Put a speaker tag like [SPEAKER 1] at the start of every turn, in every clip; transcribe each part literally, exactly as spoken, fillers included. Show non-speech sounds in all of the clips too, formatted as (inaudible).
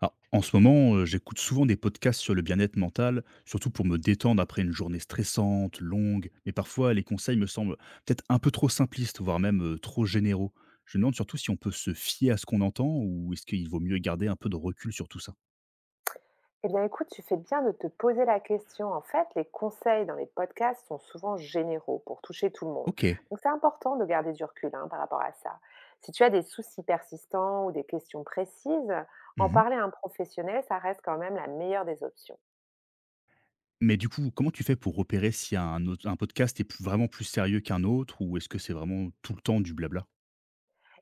[SPEAKER 1] Alors, en ce moment, heu, j'écoute souvent des podcasts sur le bien-être mental, surtout pour me détendre après une journée stressante, longue, mais parfois les conseils me semblent peut-être un peu trop simplistes, voire même, heu, trop généraux. Je me demande surtout si on peut se fier à ce qu'on entend ou est-ce qu'il vaut mieux garder un peu de recul sur tout ça?
[SPEAKER 2] Eh bien, écoute, tu fais bien de te poser la question. En fait, les conseils dans les podcasts sont souvent généraux pour toucher tout le monde.
[SPEAKER 1] OK.
[SPEAKER 2] Donc, c'est important de garder du recul hein, par rapport à ça. Si tu as des soucis persistants ou des questions précises, en
[SPEAKER 1] Mmh.
[SPEAKER 2] parler à un professionnel, ça reste quand même la meilleure des options.
[SPEAKER 1] Mais du coup, comment tu fais pour repérer si un autre un podcast est plus vraiment plus sérieux qu'un autre ou est-ce que c'est vraiment tout le temps du blabla?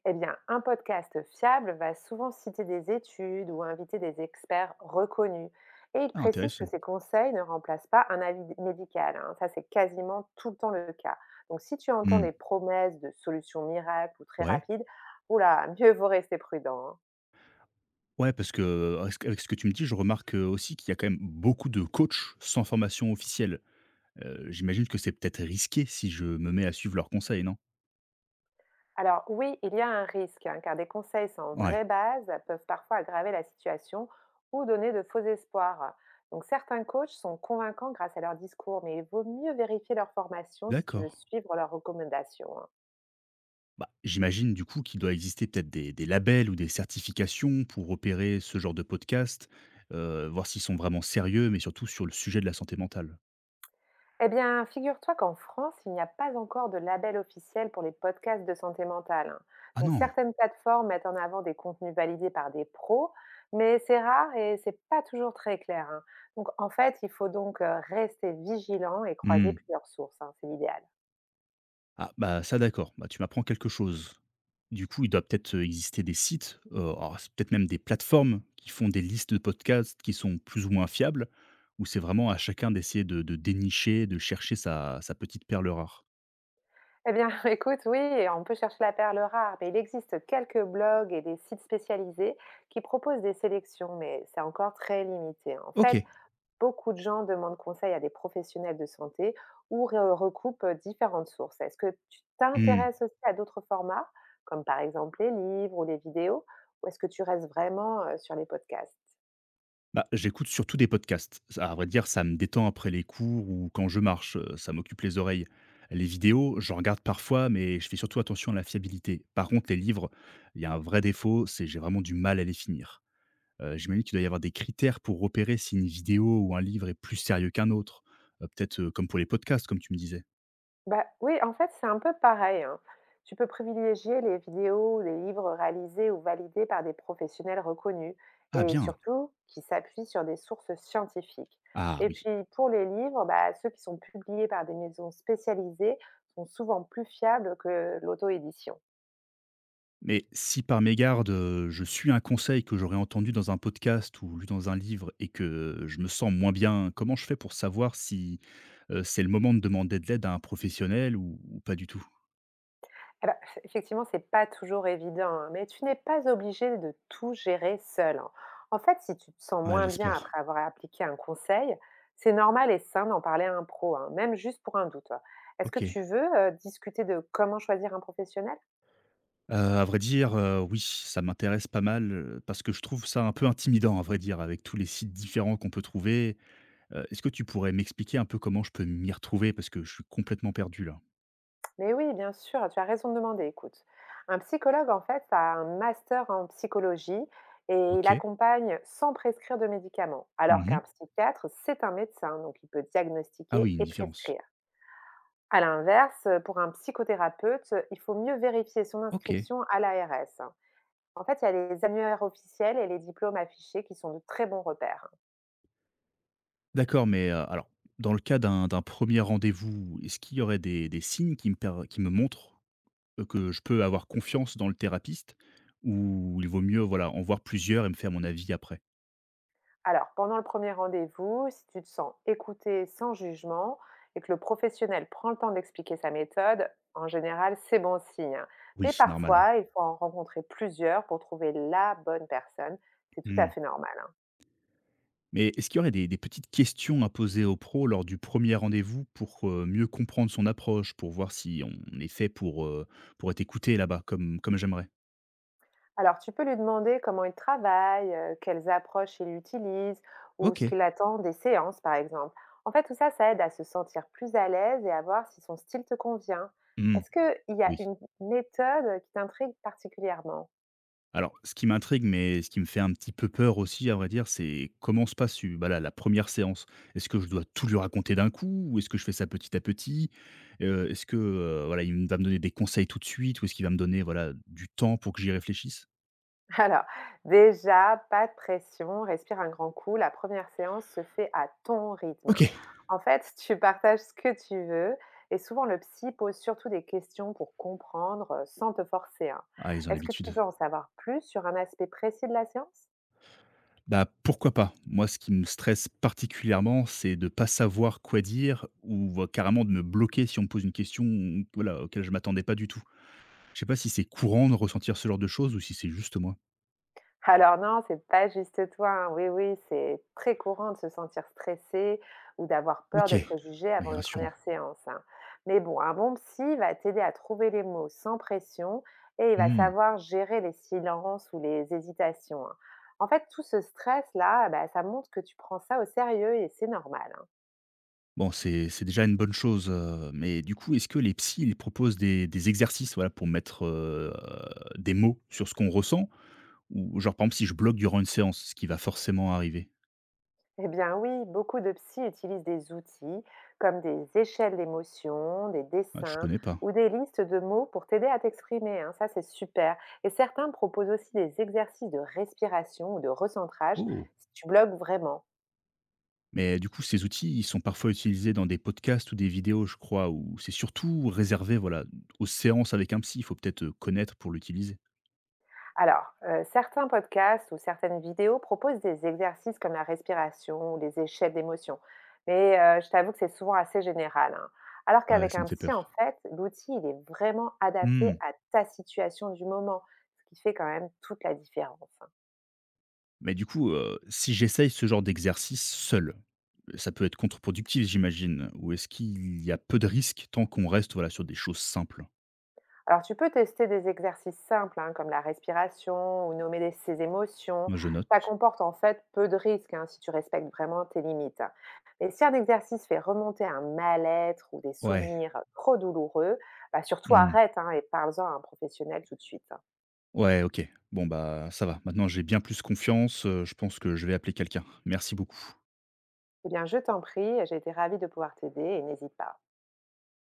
[SPEAKER 2] Eh bien, un podcast fiable va souvent citer des études ou inviter des experts reconnus. Et il
[SPEAKER 1] Ah
[SPEAKER 2] précise que
[SPEAKER 1] intéressant.
[SPEAKER 2] ces conseils ne remplacent pas un avis médical, hein. Ça, c'est quasiment tout le temps le cas. Donc, si tu entends
[SPEAKER 1] Mmh.
[SPEAKER 2] des promesses de solutions miracles ou très
[SPEAKER 1] Ouais.
[SPEAKER 2] rapides, oula, mieux vaut rester prudent, hein.
[SPEAKER 1] Ouais, parce que, heu, avec ce q avec ce que tu me dis, je remarque, heu, aussi qu'il y a quand même beaucoup de coachs sans formation officielle. Heu, j'imagine que c'est peut-être risqué si je me mets à suivre leurs conseils, non?
[SPEAKER 2] Alors oui, il y a un risque, hein, car des conseils sans vraie
[SPEAKER 1] Ouais,
[SPEAKER 2] base peuvent parfois aggraver la situation ou donner de faux espoirs. Donc certains coachs sont convaincants grâce à leur discours, mais il vaut mieux vérifier leur formation si tu veux
[SPEAKER 1] d'accord.
[SPEAKER 2] suivre leurs recommandations, hein.
[SPEAKER 1] Bah, j'imagine du coup qu'il doit exister peut-être des des labels ou des certifications pour repérer ce genre de podcast, heu, voir s'ils sont vraiment sérieux, mais surtout sur le sujet de la santé mentale.
[SPEAKER 2] Eh bien, figure-toi qu'en France, il n'y a pas encore de label officiel pour les podcasts de santé mentale, hein.
[SPEAKER 1] Ah
[SPEAKER 2] Donc,
[SPEAKER 1] non!
[SPEAKER 2] certaines plateformes mettent en avant des contenus validés par des pros, mais c'est rare et c'est pas toujours très clair, hein. Donc, en fait, il faut donc euh, rester vigilant et croiser
[SPEAKER 1] Mmh.
[SPEAKER 2] plusieurs sources, hein, c'est l'idéal.
[SPEAKER 1] Ah, bah, ça d'accord, bah, tu m'apprends quelque chose. Du coup, il doit peut-être, euh, exister des sites, heu, alors c'est peut-être même des plateformes qui font des listes de podcasts qui sont plus ou moins fiables? Ou c'est vraiment à chacun d'essayer de de dénicher, de chercher sa sa petite perle rare?
[SPEAKER 2] Eh bien, (laughs) écoute, oui, et on peut chercher la perle rare, mais il existe quelques blogs et des sites spécialisés qui proposent des sélections, mais c'est encore très limité. En fait,
[SPEAKER 1] OK.
[SPEAKER 2] beaucoup de gens demandent conseil à des professionnels de santé ou re- recoupent euh, différentes sources. Est-ce que tu
[SPEAKER 1] Mmh.
[SPEAKER 2] t'intéresses aussi à d'autres formats, comme par exemple les livres ou les vidéos, ou est-ce que tu restes vraiment euh, sur les podcasts?
[SPEAKER 1] Bah, j'écoute surtout des podcasts. Ça à vrai dire, ça me détend après les cours ou quand je marche, heu, ça m'occupe les oreilles. Les vidéos, j'en regarde parfois, mais je fais surtout attention à la fiabilité. Par contre, les livres, il y a un vrai défaut, c'est j'ai vraiment du mal à les finir. Heu, j'imagine qu'il doit y avoir des critères pour repérer si une vidéo ou un livre est plus sérieux qu'un autre, heu, peut-être, heu, comme pour les podcasts, comme tu me disais?
[SPEAKER 2] Bah, oui, en fait, c'est un peu pareil, hein. Tu peux privilégier les vidéos ou les livres réalisés ou validés par des professionnels reconnus
[SPEAKER 1] Ah
[SPEAKER 2] et
[SPEAKER 1] bien!
[SPEAKER 2] surtout qui s'appuient sur des sources scientifiques.
[SPEAKER 1] Ah
[SPEAKER 2] Et
[SPEAKER 1] oui.
[SPEAKER 2] puis pour les livres, bah, ceux qui sont publiés par des maisons spécialisées sont souvent plus fiables que l'auto-édition.
[SPEAKER 1] Mais si par mégarde, heu, je suis un conseil que j'aurais entendu dans un podcast ou lu dans un livre et que je me sens moins bien, comment je fais pour savoir si, heu, c'est le moment de demander de l'aide à un professionnel ou ou pas du tout?
[SPEAKER 2] Eh ben, c'est- effectivement, c'est pas toujours évident, hein, mais tu n'es pas obligé de tout gérer seul, hein. En fait, si tu te sens
[SPEAKER 1] Ouais,
[SPEAKER 2] moins bien
[SPEAKER 1] j'espère.
[SPEAKER 2] après avoir appliqué un conseil, c'est normal et sain d'en parler à un pro, hein, même juste pour un doute, hein. Est-ce que
[SPEAKER 1] OK. Heu,
[SPEAKER 2] tu veux euh, discuter de comment choisir un professionnel?
[SPEAKER 1] à vrai dire, heu, oui, ça m'intéresse pas mal, heu, parce que je trouve ça un peu intimidant, à vrai dire, avec tous les sites différents qu'on peut trouver. Heu, est-ce que tu pourrais m'expliquer un peu comment je peux m'y retrouver? Parce que je suis complètement perdu là.
[SPEAKER 2] Mais oui, bien sûr, tu as raison de demander, écoute. Un psychologue, en fait, a un master en psychologie et il
[SPEAKER 1] OK.
[SPEAKER 2] accompagne sans prescrire de médicaments, alors
[SPEAKER 1] Mmh.
[SPEAKER 2] qu'un psychiatre, c'est un médecin, donc il peut
[SPEAKER 1] Ah
[SPEAKER 2] diagnostiquer
[SPEAKER 1] oui, une
[SPEAKER 2] et
[SPEAKER 1] différence.
[SPEAKER 2] prescrire. À l'inverse, euh, pour un psychothérapeute, il faut mieux vérifier son
[SPEAKER 1] OK.
[SPEAKER 2] inscription à la l'A R S. En fait, il y a les annuaires officiels et les diplômes affichés qui sont de très bons repères.
[SPEAKER 1] D'accord, mais, heu, alors dans le cas d'un d'un premier rendez-vous, est-ce qu'il y aurait des des signes qui me per qui me montrent, heu, que je peux avoir confiance dans le thérapeute? Ou il vaut mieux, voilà, en voir plusieurs et me faire mon avis après?
[SPEAKER 2] Alors, pendant le premier rendez-vous, si tu te sens écouté sans jugement et que le professionnel prend le temps d'expliquer sa méthode, en général, c'est bon signe. Mais
[SPEAKER 1] Oui. Normal.
[SPEAKER 2] parfois, il faut en rencontrer plusieurs pour trouver la bonne personne. C'est tout à
[SPEAKER 1] Mmh.
[SPEAKER 2] fait normal, hein.
[SPEAKER 1] Mais est-ce qu'il y aurait des, des petites questions à poser au pro lors du premier rendez-vous pour euh, mieux comprendre son approche, pour voir si on est fait pour, euh, pour être écouté là-bas, comme, comme j'aimerais.
[SPEAKER 2] Alors, tu peux lui demander comment il travaille, heu, quelles approches il utilise ou ce
[SPEAKER 1] Ok.
[SPEAKER 2] qu'il attend des séances, par exemple. En fait, tout ça, ça aide à se sentir plus à l'aise et à voir si son style te convient.
[SPEAKER 1] Hmm,
[SPEAKER 2] Est-ce qu'il y a
[SPEAKER 1] oui.
[SPEAKER 2] une méthode qui t'intrigue particulièrement?
[SPEAKER 1] Alors, ce qui m'intrigue, mais ce qui me fait un petit peu peur aussi, à vrai dire, c'est comment se passe euh, bah là, la première séance. Est-ce que je dois tout lui raconter d'un coup? Ou est-ce que je fais ça petit à petit? Euh, Est-ce que euh, voilà, il va me donner des conseils tout de suite? Ou est-ce qu'il va me donner, voilà, du temps pour que j'y réfléchisse?
[SPEAKER 2] Alors, déjà, pas de pression, respire un grand coup. La première séance se fait à ton rythme,
[SPEAKER 1] Ok.
[SPEAKER 2] hein. En fait, tu partages ce que tu veux et souvent le psy pose surtout des questions pour comprendre euh, sans te forcer, hein.
[SPEAKER 1] Ah, ils ont
[SPEAKER 2] Est-ce que tu
[SPEAKER 1] l'habitude.
[SPEAKER 2] veux en savoir plus sur un aspect précis de la séance?
[SPEAKER 1] Bah, pourquoi pas? Moi, ce qui me stresse particulièrement, c'est de pas savoir quoi dire ou voire carrément de me bloquer si on me pose une question, voilà, auquel je m'attendais pas du tout. Je sais pas si c'est courant de ressentir ce genre de choses ou si c'est juste moi.
[SPEAKER 2] Alors non, c'est pas juste toi, hein. Oui, oui, c'est très courant de se sentir stressé ou d'avoir peur
[SPEAKER 1] OK.
[SPEAKER 2] d'être jugé
[SPEAKER 1] Oui,
[SPEAKER 2] avant une
[SPEAKER 1] rassurant.
[SPEAKER 2] première séance, hein. Mais bon, un bon psy va t'aider à trouver les mots sans pression et il va
[SPEAKER 1] Mmh.
[SPEAKER 2] savoir gérer les silences ou les hésitations, hein. En fait, tout ce stress-là, bah, ça montre que tu prends ça au sérieux et c'est normal.
[SPEAKER 1] Bon, c'est c'est déjà une bonne chose, heu, mais du coup, est-ce que les psys, ils proposent des des exercices, voilà, pour mettre, heu, des mots sur ce qu'on ressent? Ou genre, par exemple, si je bloque durant une séance, ce qui va forcément arriver?
[SPEAKER 2] Eh bien oui, beaucoup de psy utilisent des outils comme des échelles d'émotions, des
[SPEAKER 1] Ah, je
[SPEAKER 2] dessins
[SPEAKER 1] connais pas.
[SPEAKER 2] ou des listes de mots pour t'aider à t'exprimer, hein. Ça, c'est super. Et certains proposent aussi des exercices de respiration ou de recentrage
[SPEAKER 1] Oh!
[SPEAKER 2] si tu bloques vraiment.
[SPEAKER 1] Mais du coup, ces outils, ils sont parfois utilisés dans des podcasts ou des vidéos, je crois, ou c'est surtout réservé voilà, aux séances avec un psy. Il faut peut-être euh, connaître pour l'utiliser.
[SPEAKER 2] Alors, euh, certains podcasts ou certaines vidéos proposent des exercices comme la respiration ou les échelles d'émotions. Mais euh, je t'avoue que c'est souvent assez général, hein. Alors
[SPEAKER 1] Ouais,
[SPEAKER 2] qu'avec
[SPEAKER 1] ça me
[SPEAKER 2] un
[SPEAKER 1] fait
[SPEAKER 2] psy,
[SPEAKER 1] peur.
[SPEAKER 2] en fait, l'outil, il est vraiment adapté
[SPEAKER 1] Hmm.
[SPEAKER 2] à ta situation du moment, ce qui fait quand même toute la différence, hein.
[SPEAKER 1] Mais du coup, euh, si j'essaye ce genre d'exercice seul, ça peut être contre-productif, j'imagine. Ou est-ce qu'il y a peu de risques tant qu'on reste, voilà, sur des choses simples?
[SPEAKER 2] Alors, tu peux tester des exercices simples, hein, comme la respiration ou nommer des- ses émotions.
[SPEAKER 1] Moi, je
[SPEAKER 2] Ça
[SPEAKER 1] note.
[SPEAKER 2] comporte en fait peu de risques, hein, si tu respectes vraiment tes limites. Mais si un exercice fait remonter un mal-être ou des
[SPEAKER 1] Ouais.
[SPEAKER 2] souvenirs trop douloureux, bah, surtout
[SPEAKER 1] Hmm.
[SPEAKER 2] arrête, hein, et parle-en à un professionnel tout de suite.
[SPEAKER 1] Ouais, ok. Bon, bah, ça va. Maintenant, j'ai bien plus confiance. Euh, Je pense que je vais appeler quelqu'un. Merci beaucoup.
[SPEAKER 2] Eh bien, je t'en prie, j'ai été ravie de pouvoir t'aider et n'hésite pas.